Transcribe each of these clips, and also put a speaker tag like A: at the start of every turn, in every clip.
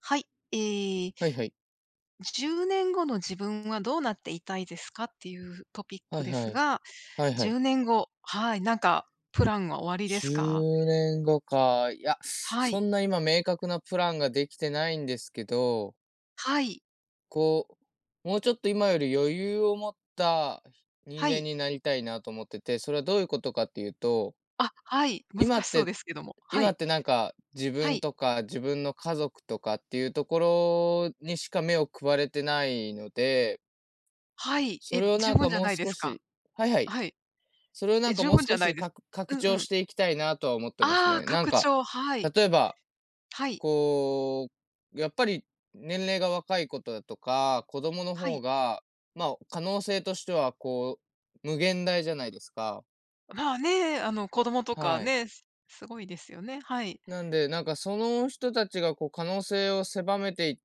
A: はい。えー、
B: はいはい。
A: 10年後の自分はどうなっていたいですかっていうトピッ
B: は
A: ク
B: い
A: で
B: は
A: す
B: い。
A: が、
B: はいは
A: 10
B: い。
A: 年後、はい、なんかプランはおありです
B: 10
A: か？
B: 年後か。いや、
A: はい、
B: そんな今明確なプランができてないんですけど、
A: はい、
B: こもうちょっと今より余裕を持った人
A: は
B: 間
A: い。
B: になりたいなと思ってて、それはどういうことかっていうと、
A: あ、はい、
B: 今
A: 難し
B: っ
A: そう
B: て
A: ですけども。は
B: 今っ
A: い、
B: てなんか自
A: は
B: 分
A: い、
B: とか自分の家族とかっていうところにしか目を配れてないので、
A: はい。
B: そ
A: え、
B: れを
A: 十
B: なん
A: 分
B: か
A: じゃ
B: もう
A: ないで
B: 少
A: すか？
B: しはいはい。
A: はい。
B: それをな
A: え、
B: んか
A: 十
B: もう
A: 分じゃ
B: 少
A: ない
B: し
A: です。う
B: 拡
A: ん
B: 張
A: うん。
B: していきたいなとは思ってます
A: ああ、
B: ね。なん
A: 拡
B: か、
A: 張、はい、
B: 例えば、
A: はい、
B: こやっぱり年齢が若いことだとか、子供の
A: は
B: 方
A: い。
B: が、まあ、可能性としては、無限大じゃないですか。
A: まあね、あの子供とか
B: はい。
A: ね、すごいですよね。
B: なんで、なんかその人たちがこう可能性を狭めてい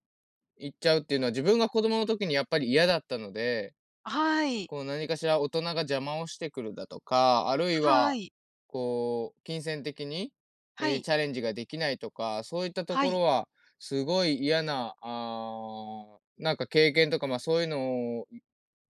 B: いっちゃうっていうのは、自分が子供の時にやっぱり嫌だったので、
A: はい、
B: こう何かしら大人が邪魔をしてくるだとか、あるい
A: は
B: は、
A: い、
B: こう、金銭的に、
A: はい、はい。
B: チャレンジができないとか、そういったと
A: は
B: こ
A: い。
B: ろは、すごい嫌な、なんか経験とか、まあそういうのを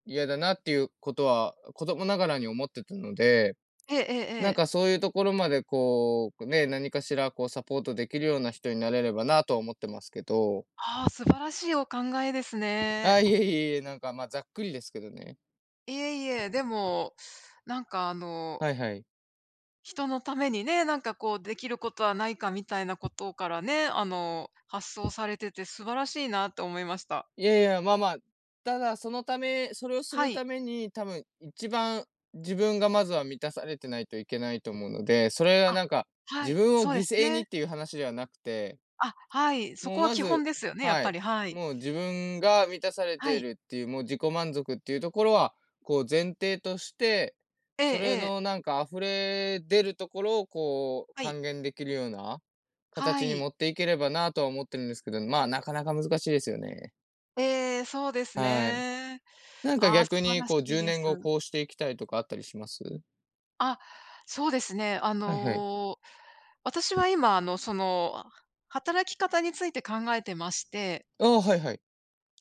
B: 嫌だなっていうことは、子供ながらに思ってたので、
A: えええええ
B: なん
A: え。
B: かそういうところまでこう、ね、何かしらこうサポートできるような人になれればなとは思ってますけど、
A: ああ、素晴らしいお考えですね。
B: あいえいえいえ、なんかまあざっくりですけどね。
A: いえいえ、でも、なんかあの、
B: はいはい。
A: 人のためにね、なんかこうできることはないかみたいなことからね、あの、発想されてて素晴らしいなと思いました。
B: いやいや、まあまあ、ただそのためそれをす
A: は
B: る
A: い。
B: ために、多分一番自分がまずは満たされてないといけないと思うので、それが
A: あ、
B: なんか、
A: は
B: 自
A: い、
B: 分を
A: そう
B: 犠
A: です
B: 牲に
A: ね。
B: っていう話ではなくて、
A: あ、はい、そ
B: も
A: こ
B: う
A: は
B: ま
A: 基本
B: ず
A: ですよね、やっ
B: は
A: ぱ
B: い、
A: り、はい。
B: もう自分が満たされ
A: は
B: てい
A: い。
B: るっていう、もう自己満足っていうところは、こう前提として、
A: え
B: そ
A: え
B: れ
A: ええ。
B: のなんか溢れ出るところをこう
A: はい。
B: 還元できるような
A: は
B: 形に
A: い。
B: 持っていければなとは思ってるんですけど、まあ、なかなか難しいですよね。
A: ええ、そうです
B: はい。
A: ね。
B: なんか
A: ああ、素
B: 逆
A: 晴
B: に
A: らし
B: こう
A: い
B: 10
A: で
B: 年
A: す。
B: 後こうしていきたいとかあったりします？
A: あ、そうですね。あ
B: はいはい。
A: の、私は今、あの、その、働き方について考えてまして、
B: ああ、はいはい。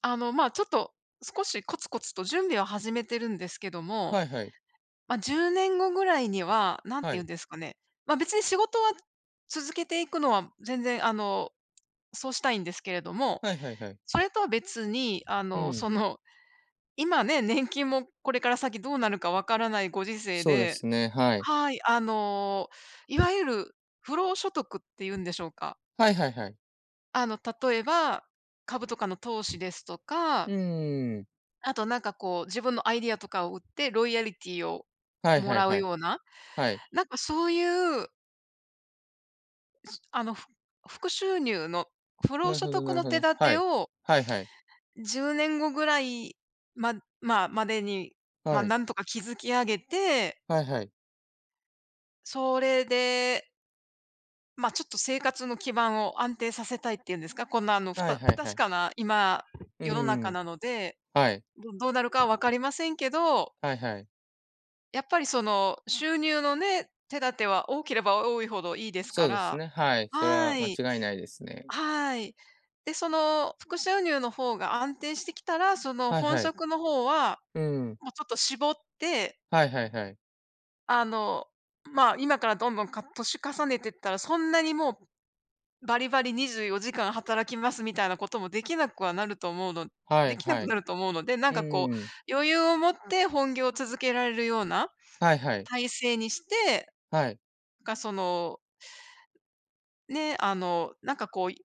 A: あの、まあ、ちょっと少しコツコツと準備は始めてるんですけども、
B: はいはい。
A: まあ、10年後ぐらいには、何て
B: は
A: 言うん
B: い。
A: ですかね、まあ、別に仕事は続けていくのは全然、あの、そうしたいんですけれども、
B: はいはいはい。
A: それとは別に、あ
B: う
A: の、
B: ん。
A: その、今ね、年金もこれから先どうなるかわからないご時世
B: そうで
A: で、
B: すね、はい。
A: はい、あの、いわゆる不労所得っていうんでしょうか。
B: はいはいはい。
A: あの、例えば、株とかの投資ですと
B: う
A: か、
B: ーん。
A: あとなんかこう、自分のアイディアとかを売って、ロイヤリティを
B: はい
A: も
B: はい
A: らう
B: はい。
A: ような、
B: はい。
A: なんかそういう、あの、副収入の不労
B: なる
A: 所
B: ほど
A: 得
B: なる
A: の
B: ほ
A: 手
B: ど。
A: 立
B: は
A: て
B: い。
A: を
B: はいはい。
A: 10年後ぐらいままあ、までに、ま、
B: はい。
A: なんとか築き上げて、
B: はいはい。
A: それでちょっと生活の基盤を安定させたいっていうんですか、こんなあの、
B: はいは
A: 不
B: いは
A: 確
B: い。
A: かな今、
B: うー
A: 世の中
B: ん。
A: なので、
B: はい。
A: どうなるかは分かりませんけど、
B: はいはい。
A: やっぱりその、収入のね、手立ては多ければ多いほどいいですか
B: そうです
A: ら、
B: ね、はい。それは
A: は
B: 間
A: い、
B: 違いないですね。
A: はい。で、その副収入の方が安定してきたら、その
B: はい
A: 本
B: はい。
A: 職の方は、
B: うん。
A: もうちょっと絞って、
B: はいはいはい。
A: あの、まあ、今からどんどん年重ねてったら、そんなにもうバリバリ24時間働きますみたいなこともできなくはなると思うの、
B: は
A: で
B: い
A: きな
B: は
A: く
B: い。
A: なると思うので、なん
B: う
A: かこ
B: ーん。
A: う、余裕を持って本業を続けられるような
B: はいはい。
A: 体制にして、
B: はい。
A: が、その、ね、あの、なんかこう、もう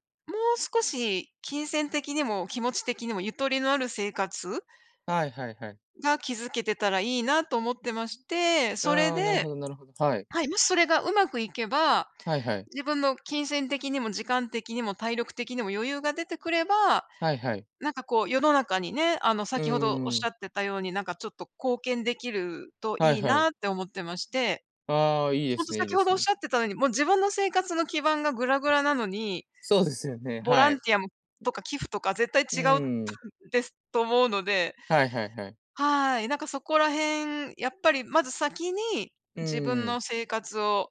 A: 少し金銭的にも気持ち的にもゆとりのある生活
B: はいはいはい。
A: が築けてたらいいなと思ってまして、それ
B: ああ、なる
A: で、
B: ほどなるほど。はい。
A: はい、もしそれがうまくいけば、
B: はいはい。
A: 自分の金銭的にも時間的にも体力的にも余裕が出てくれば、
B: はいはい。
A: なんかこう、世の中にね、あの、
B: うー
A: 先ほどおっしゃ
B: ん。
A: ってたように、なんかちょっと貢献できると
B: はい
A: いい
B: は
A: な
B: い。
A: って思ってまして、
B: ああ、いいで
A: ほん
B: す
A: と
B: ねいい
A: 先
B: で
A: ほど
B: す
A: おっ
B: ね。
A: しゃってたのに、もう自分の生活の基盤がグラグラなのに、
B: そうですよね、
A: ボラ
B: は
A: ン
B: い。
A: ティアもとか寄付とか絶対
B: う
A: 違う
B: ーん。
A: ですと思うので、
B: はいはいはい。
A: はい、なんかそこら辺、やっぱりまず先に、
B: う
A: 自分
B: ー
A: の
B: ん。
A: 生活を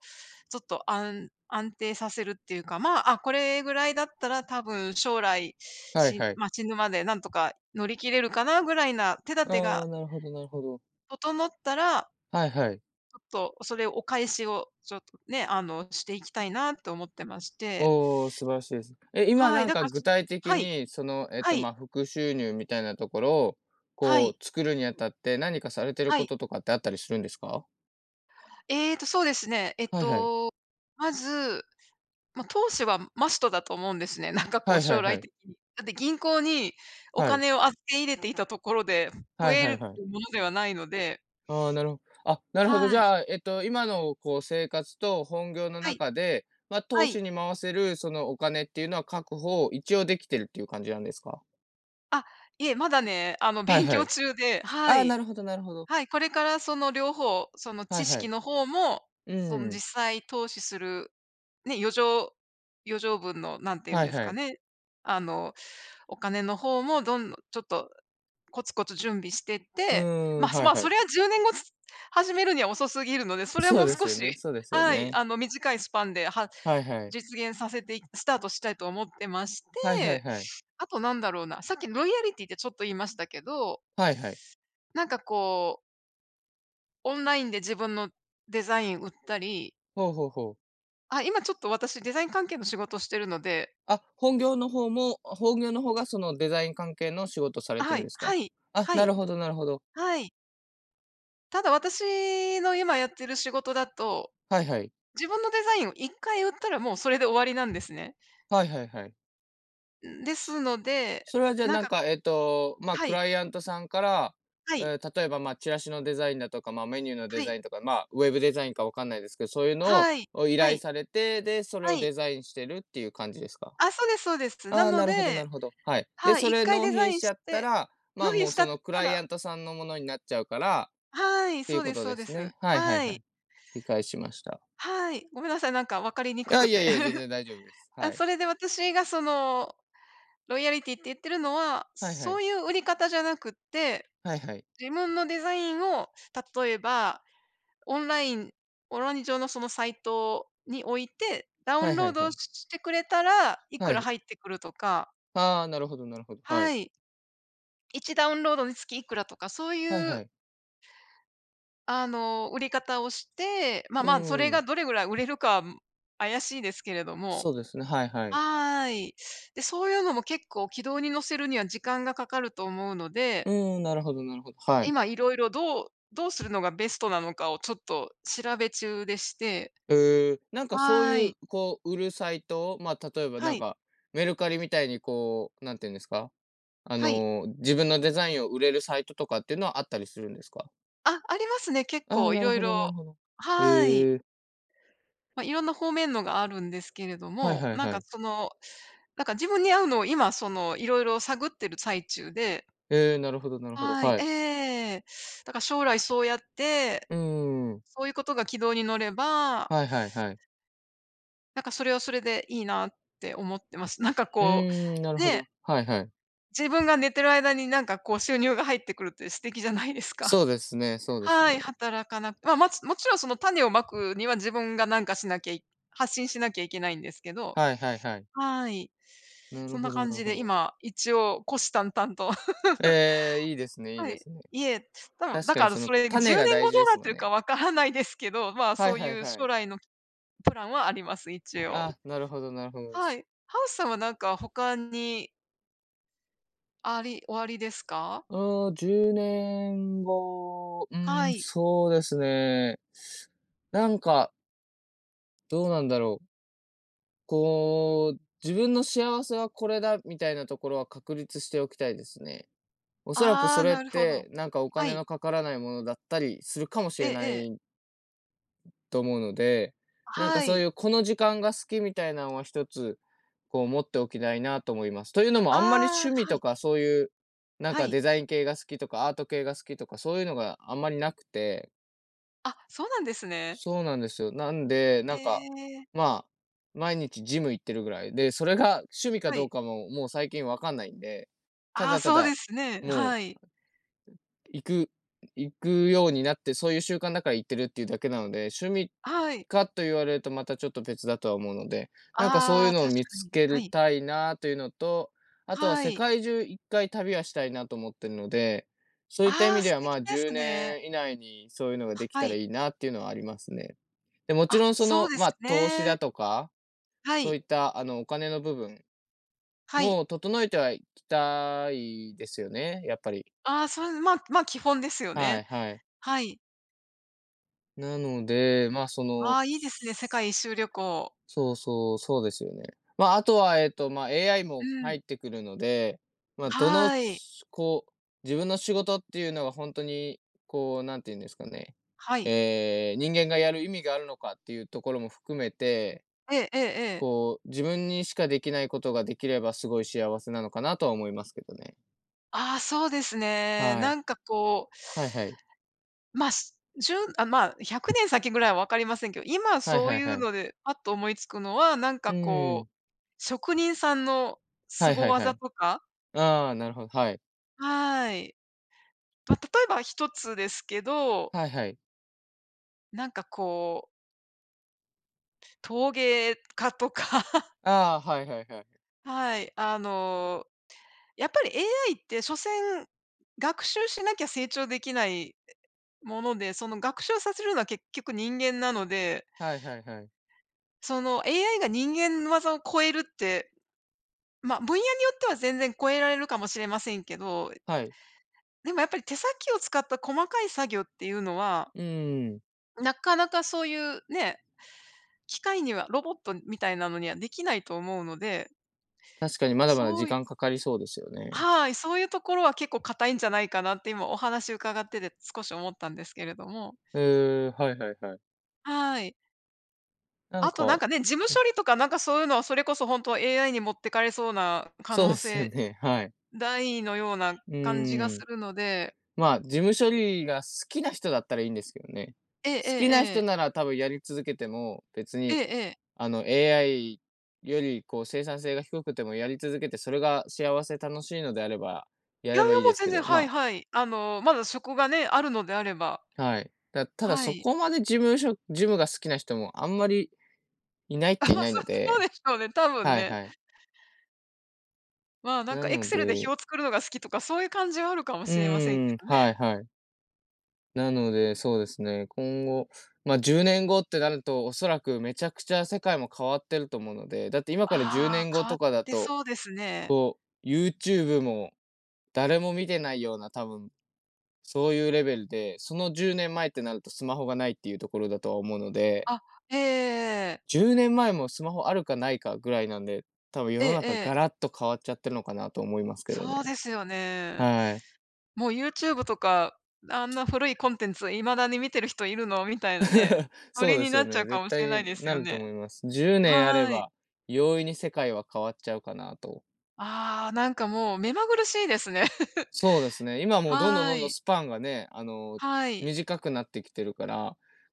A: ちょっと安定させるっていうか、まあ、あ、これぐらいだったら多分将来、
B: はいはい。
A: まあ、死ぬまでなんとか乗り切れるかなぐらいな手立て
B: あ
A: が
B: あ、なるほどなるほど。
A: 整ったら、
B: はいはい。
A: ちょっとそれをお返しをちょっとね、あの、していきたいなと思ってまして。
B: おー素晴らしいです。え、今
A: は
B: な
A: い、
B: ん
A: だか
B: か
A: ら
B: 具
A: そ
B: 体的
A: はい、
B: に、その、
A: は
B: ま
A: い、
B: あ、副収入みたいなところを、
A: は
B: こ
A: い、
B: う作るにあたって、何かされてる
A: は
B: こ
A: い。
B: ととかってあったりするんですか？
A: えーと、そうですね。えっ
B: はいはい。
A: と、まず、ま、投資はマストだと思うんですね。なんかこ
B: は
A: う
B: いは
A: 将
B: いは
A: 来
B: い。
A: 的に。だって銀行にお
B: はい。
A: 金を預け入れていたところで、増
B: はい
A: え
B: はい
A: る
B: はい。
A: ものではないので、
B: ああ、なるほあ、なるほど。
A: は
B: じ
A: い。
B: ゃあ、今のこう生活と本業の
A: はい、
B: 中で、まあ、
A: は
B: 投
A: い。
B: 資に回せるそのお金っていうのは確保、一応できてるっていう感じなんですか？
A: あ、いえ、まだね、あの
B: はい
A: 勉
B: は
A: 強
B: い。
A: 中で、は
B: ああ、な
A: い。
B: るほどなるほど。
A: はい、これからその両方、その
B: はい
A: 知
B: は
A: 識
B: い。
A: の方も、
B: う
A: その
B: ん。
A: 実際投資する、ね、余剰分の何て言うん
B: はい
A: です
B: は
A: か
B: い。
A: ね、あの、お金の方もどんどんちょっとコツコツ準備してっ
B: うー
A: て、ま
B: ん、
A: あ、
B: はい
A: まあ、
B: は
A: そ
B: い。
A: れは10年後始めるには遅すぎるので、それ
B: そう
A: も
B: で
A: 少
B: すよ
A: し、
B: ね そうですよ
A: はい、
B: ね。
A: あの、短いスパンで、
B: はいはい。
A: 実現させていスタートしたいと思ってまし
B: はいはい
A: て、
B: はい。
A: あとなんだろうな、さっきロイヤリティってちょっと言いましたけど、
B: はいはい。
A: なんかこう、オンラインで自分のデザイン売ったり、
B: ほうほうほう。
A: あ、今ちょっと私デザイン関係の仕事をしてるので、
B: あ、本業の方がそのデザイン関係の仕事されて
A: は
B: るん
A: い、
B: です
A: は
B: か？
A: い、
B: あ、
A: は
B: な
A: い、
B: るほどなるほど。
A: はい。ただ私の今やってる仕事だと
B: はいはい。
A: 自分のデザインを1回売ったらもうそれで終わりなんですね。
B: はいはいはい。
A: ん、ですので、
B: それはじゃあ
A: なん
B: なん
A: か、
B: か、まあ、
A: は
B: ク
A: い、
B: ライアントさんから、
A: はい、
B: 例えば、まあ、チラシのデザインだとか、まあ、メニューのデ
A: は
B: ザ
A: い、
B: インとか、まあ、ウェブデザインかわかんないですけど、そういうの
A: はい、
B: を依
A: は
B: 頼
A: い、
B: されて、で、それ
A: は
B: を
A: い。
B: デザインしてるっていう感じですか。
A: あ、そうですそうです。な
B: ああ
A: の
B: な
A: で、
B: るほど、なるほど。はい。で、
A: はい、
B: そ
A: 1
B: れ
A: 回
B: 納
A: デザ
B: 品
A: イン
B: しち
A: し
B: ゃった
A: て、
B: ら、ま
A: 納
B: あ、
A: 品
B: もう
A: した
B: そ
A: っ
B: のク
A: た
B: ライアントさんのものになっちゃうから、
A: はい、
B: ってい
A: そ
B: う
A: う
B: こ
A: です
B: と
A: そう
B: で
A: で
B: す
A: す。
B: ね。はいはい
A: は
B: はい。
A: い、
B: 理解しました。
A: はい。ごめんなさい、なんか分かりに
B: い
A: く
B: や
A: く
B: いや
A: て。
B: いや、全 然大丈夫です。は
A: あ、
B: い。
A: それで私がその、ロイヤリティって言ってるのは、
B: はいは
A: そ
B: い。
A: ういう売り方じゃなくって、
B: はいはい。
A: 自分のデザインを例えばオンラインオンライン上のそのサイトに置いて、ダウ
B: は
A: ン
B: いは
A: ロー
B: いは
A: ド
B: い。
A: してくれたら、い
B: は
A: くら
B: い。
A: 入ってくるとか、
B: ああ、なるほど、なるほど。は
A: は
B: い。
A: い。1ダウンロードにつきいくらとか、そう
B: はい
A: いう
B: はい。
A: あの、売り方をして、まあ
B: う
A: まあ、それ
B: ー
A: が
B: ん。
A: どれぐらい売れるかは怪しいですけれども、
B: そうですね、はいはい。
A: はい。で、そういうのも結構軌道に乗せるには時間がかかると思うので、
B: うーん、なるほどなるほど、はい。
A: 今いろいろどうするのがベストなのかをちょっと調べ中でして。
B: へえー、なんかそう
A: は
B: いう、
A: い。
B: こう、売るサイト、まあ、例えば
A: は
B: なん
A: い。
B: か、メルカリみたいにこう、なんていうんですか、
A: はい。
B: 自分のデザインを売れるサイトとかっていうのはあったりするんですか？
A: あ、ありますね、結
B: ああー、
A: 構い
B: なる
A: ろい
B: ほ
A: ろ。
B: どなるほど。
A: はい。
B: へえー、
A: まあ、いろんな方面のがあるんですけれど
B: はい
A: も、
B: はい
A: なん
B: は
A: か
B: い。
A: その、なんか自分に合うのを今その、いろいろ探ってる最中で、
B: ええ、なるほどなるほど、
A: はい、
B: は
A: え
B: い。
A: え。だから将来そうやって、
B: うーん、
A: そういうことが軌道に乗れば、
B: はいはいはい。
A: なんかそれはそれでいいなって思ってます。なんか
B: う
A: こ
B: ーん、な
A: う、
B: るほ
A: ね、
B: ど、はいはい。
A: 自分が寝てる間になんかこう収入が入ってくるって素敵じゃないですか。
B: そうですねそうです
A: はい、
B: ね。
A: 働かなく、まあ、もちろんその種をまくには自分がなんかしなきゃい発信しなきゃいけないんですけど、
B: はいはいはい。
A: はい。
B: な
A: そ
B: る
A: んな
B: ほどな
A: 感
B: る
A: じ
B: ほ
A: で
B: ど。
A: 今、一応虎視眈々と、
B: ええ、いいですねいい
A: は
B: で
A: い。
B: すね。
A: いえ、多分、
B: 確
A: だ
B: かに
A: から
B: その
A: それ10
B: 種が
A: 年
B: 大
A: 後
B: 事
A: どう
B: で
A: なっ
B: すも
A: て
B: ん
A: るか
B: ね。
A: わからないですけど、まあ、
B: は
A: そ
B: い
A: う
B: はい
A: いう
B: は
A: 将
B: い。
A: 来のプランはあります、一応。
B: あ、なるほどなるほど。
A: は
B: す
A: い。ハウスさんはなんか他におありですか？
B: うん、10年後、うー
A: は
B: ん、
A: い。
B: そうですね。なんか、どうなんだろう。こう、自分の幸せはこれだみたいなところは確立しておきたいですね。おそらく
A: あ
B: そ
A: あ、
B: れっ
A: なるほど。
B: て、なんかお
A: は
B: 金
A: い。
B: のかからないものだったりするかもし
A: え
B: れ
A: え
B: な
A: ええ。
B: いと思うので、なんか
A: は
B: そう
A: い。
B: いうこの時間が好きみたいなのは一つ、こう持っておきたいなと思います。というの
A: あ
B: もあんまり
A: あ、
B: 趣味
A: は
B: と
A: い、
B: かそういう、なん
A: は
B: か
A: い。
B: デザイン系が好きとか、アート系が好きとか、そういうのがあんまりなくて、
A: あ、そうなんですね。
B: そうなんですよ。なんで、
A: え
B: なんか、
A: え。
B: まあ、毎日ジム行ってるぐらいで、それが趣味か
A: は
B: どう
A: い。
B: かも、もう最近わかんないんで、た
A: ああ、
B: だた
A: そうで
B: だ、
A: すね。
B: も
A: は
B: う
A: い。
B: 行く、行くようになって、そういう習慣だから行ってるっていうだけなので、趣味
A: はい。
B: かと言われるとまたちょっと別だとは思うので、なんかそう
A: あ
B: いう
A: あ、
B: のを
A: 確
B: 見
A: か
B: つ
A: に。
B: け
A: は
B: る
A: い。
B: たいなというのと、あとは
A: は
B: 世
A: い。
B: 界中一回旅はしたいなと思ってるので、そういった意
A: ああ、
B: 味で
A: 素
B: は、ま
A: 敵
B: あ、
A: で
B: 10
A: すね。
B: 年以内にそういうのができ
A: は
B: たら
A: い。
B: いいなっていうのはありますね。で、もち
A: あ、
B: ろんそ
A: そう
B: の、
A: です
B: まあ、投資
A: ね。
B: だとか、
A: は
B: そうい
A: い。
B: ったあの、お金の部分
A: はい。
B: も整えてはいきたいですよね、やっぱり。
A: ああ、そう、まあまあ、基本ですよ
B: は
A: ね。
B: いはい。
A: はい。
B: なので、まあ、そ
A: あ
B: の、
A: あ、いいですね、世界一周旅行。
B: そうですよね。まあ、あとは、まあ、AI
A: う
B: も
A: ん。
B: 入ってくるので、まあ、どの、
A: はい。
B: こう、自分の仕事っていうのが本当に、こう、なんて言うんですかね、
A: はい。
B: 人間がやる意味があるのかっていうところも含めて、
A: ええええええ。
B: こう、自分にしかできないことができればすごい幸せなのかなとは思いますけどね。
A: ああ、そうですね。
B: は
A: な
B: い。
A: んかこう
B: はいはい。
A: まあ、す10あ、まあ、10年先ぐらいは分かりませんけど、今
B: はい
A: そう
B: はい
A: い
B: は
A: う
B: い。
A: のでパッと思いつくのは、なん
B: う
A: か
B: ー
A: こ
B: ん。
A: う、職人さんの
B: はい
A: 凄
B: はいは
A: 技
B: い。
A: とか。
B: ああ、なるほど、はい。
A: はい。ま、例えば一つですけど、
B: はいはい。
A: なんかこう、陶芸家とか
B: ああ、はいはいはい。
A: はい、やっぱり AI って所詮、学習しなきゃ成長できないもので、その学習させるのは結局人間なので、
B: はいはいはい。
A: その AI が人間技を超えるって、まあ、分野によっては全然超えられるかもしれませんけど、
B: はい。
A: でもやっぱり手先を使った細かい作業っていうのは、
B: うーん。
A: なかなかそういうね、機械にはロボットみたいなのにはできないと思うので、
B: 確かにまだまだ
A: そ
B: 時
A: ういう
B: 間かかりそうですよね。
A: はい、そういうところは結構硬いんじゃないかなって今お話伺ってて少し思ったんですけれども。
B: うーん、はいはいはい。
A: はい。
B: な
A: あ
B: ん
A: となん
B: か、
A: かね、事務処理とかなんかそういうのはそれこそ本当 AI に持ってかれそうな可
B: そう
A: 能
B: ですよ
A: 性
B: ね、はい。
A: 大のような
B: う
A: 感じが
B: ー
A: す
B: ん。
A: るので。
B: まあ、事務処理が好きな人だったらいいんですけどね。
A: ええ
B: 好きな
A: え
B: 人
A: え。
B: なら多分やり続けても、別
A: え
B: に、
A: えええ。
B: AI よりこう生産性が低くてもやり続けて、それが幸せ楽しいのであれば、や
A: い
B: れ
A: やい
B: ば
A: や、
B: いい
A: もう
B: です
A: 全
B: け
A: 然、
B: ど、
A: はい
B: ま
A: はい。あの、まだ職がね、あるのであれば、
B: あ、はい。ただ
A: は
B: そ
A: い。
B: こまで事務が好きな人もあんまりいない っ
A: あ、
B: ちゃい
A: ま、
B: な
A: そ
B: いの
A: そう
B: で、
A: でしょうね、多分
B: はい
A: ね。
B: はい。
A: まあ、なん
B: な
A: かエク
B: の
A: セルで表を
B: で
A: 作るのが好きとか、そういう感じはあるかも
B: う
A: しれませんけ
B: ーん、
A: どね。
B: はいはい。なので、そうですね、今後、ま、あ10年後ってなると、おそらくめちゃくちゃ世界も変わってると思うので、だって今から10
A: あ
B: 年
A: あ、
B: 後
A: 変わっ
B: とかだ
A: て
B: と、
A: そうですね。
B: こう、YouTube も誰も見てないような多分、そういうレベルで、その10年前ってなるとスマホがないっていうところだとは思うので、
A: あ、ええええええ。
B: 10年前もスマホあるかないかぐらいなんで、多分世
A: え
B: の
A: ええ
B: 中
A: え。
B: ガラッと変わっちゃってるのかなと思いますけど
A: そう
B: ね。
A: ですよね。
B: はい。
A: もう YouTube とか、あんな古いコンテンツ未だに見てる人いるのみたいなね、ノ
B: そう
A: リ
B: で
A: に
B: す
A: な
B: よ
A: っちゃ
B: ね。
A: うか
B: 絶
A: もしれない
B: 対
A: です
B: な
A: よ
B: ると
A: ね。
B: 思います。10年あれ
A: はい。
B: ば、容易に世界は変わっちゃうかなと。
A: ああ、なんかもう目まぐるしいですね。
B: そうですね。今もうどんどん
A: は
B: どんどん
A: い。
B: スパンがね、
A: はい。
B: 短くなってきてるから、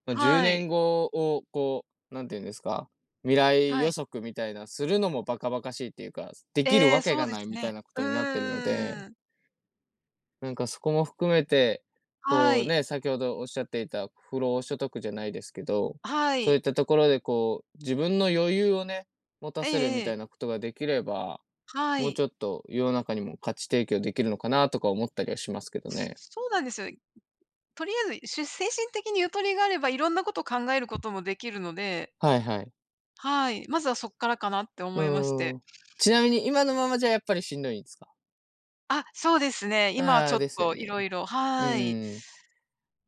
B: まあ、10
A: は
B: 年
A: い。
B: 後をこう、なんていうんですか、未来
A: は
B: 予
A: い。
B: 測みたいなするのもバカバカしいっていうか、できる
A: ええ、
B: わけ
A: そう
B: が
A: で
B: ない
A: す
B: みた
A: ね。
B: いなこ
A: う
B: とになってるので、
A: んん
B: なんかそこも含めて、
A: は
B: こう
A: い。
B: ね、先ほどおっしゃっていた不労所得じゃないですけど、
A: は
B: そういっ
A: い。
B: たところでこう、自分の余裕をね、持た
A: え
B: せるみ
A: ええ
B: た
A: え。
B: いなことができれば、
A: は
B: もう
A: い。
B: ちょっと世の中にも価値提供できるのかなとか思ったりはしますけどね。
A: そうなんですよ。とりあえず、精神的にゆとりがあれば、いろんなこと考えることもできるので、
B: はいはい。
A: はい、まずはそっからかなって
B: う
A: 思いまし
B: ー
A: て。
B: ん。ちなみに今のままじゃやっぱりしんどいんですか？
A: あ、そうですね。今は
B: あ
A: ちょ
B: あ、
A: っ
B: ですよ
A: とい
B: ね。
A: ろいろ
B: う
A: はい。
B: ーん。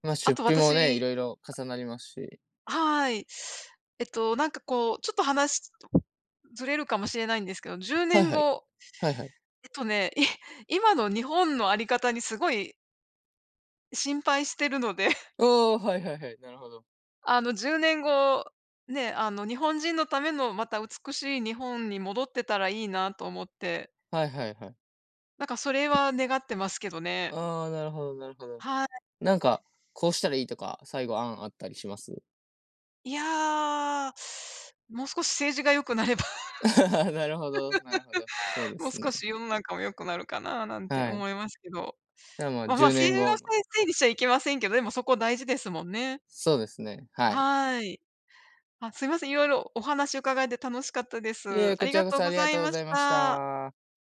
B: ま、
A: あ
B: 出
A: と
B: 費もね、
A: 私
B: 色々重なりますし。
A: はい。なんかこう、ちょっと話ずれるかもしれないんですけど、10年
B: はいはい。
A: 後
B: はいはい。
A: えっとね、い 今の日本のあり方にすごい心配してるので、
B: おお、はいはいはい、なるほど。
A: あの10年後、ね、あの日本人のためのまた美しい日本に戻ってたらいいなと思って、
B: はいはいはい。
A: なんかそれは願ってますけどね。
B: ああ、なるほどなるほど。
A: はい。
B: なんか、こうしたらいいとか、最後案あったりします？
A: いやー、もう少し政治が良くなれば
B: なるほどなるほど。そう で
A: もう
B: す
A: 少
B: ね。
A: し世の中も良くなるかななんて
B: はい。
A: 思いますけど。
B: じゃあまあ、
A: まあまあ、
B: 10年
A: 政治の
B: 後
A: せいにしちゃいけませんけど、でもそこ大事ですもんね。
B: そうですね、はい。
A: はい。あ、すいません、いろいろお話伺えて楽しかったです。
B: いえ、
A: あ
B: こ
A: り
B: ち
A: が
B: らこ
A: とう
B: そあ
A: ご
B: りが
A: ざい
B: とうご
A: ま
B: ざ
A: し
B: いまし
A: た。
B: た。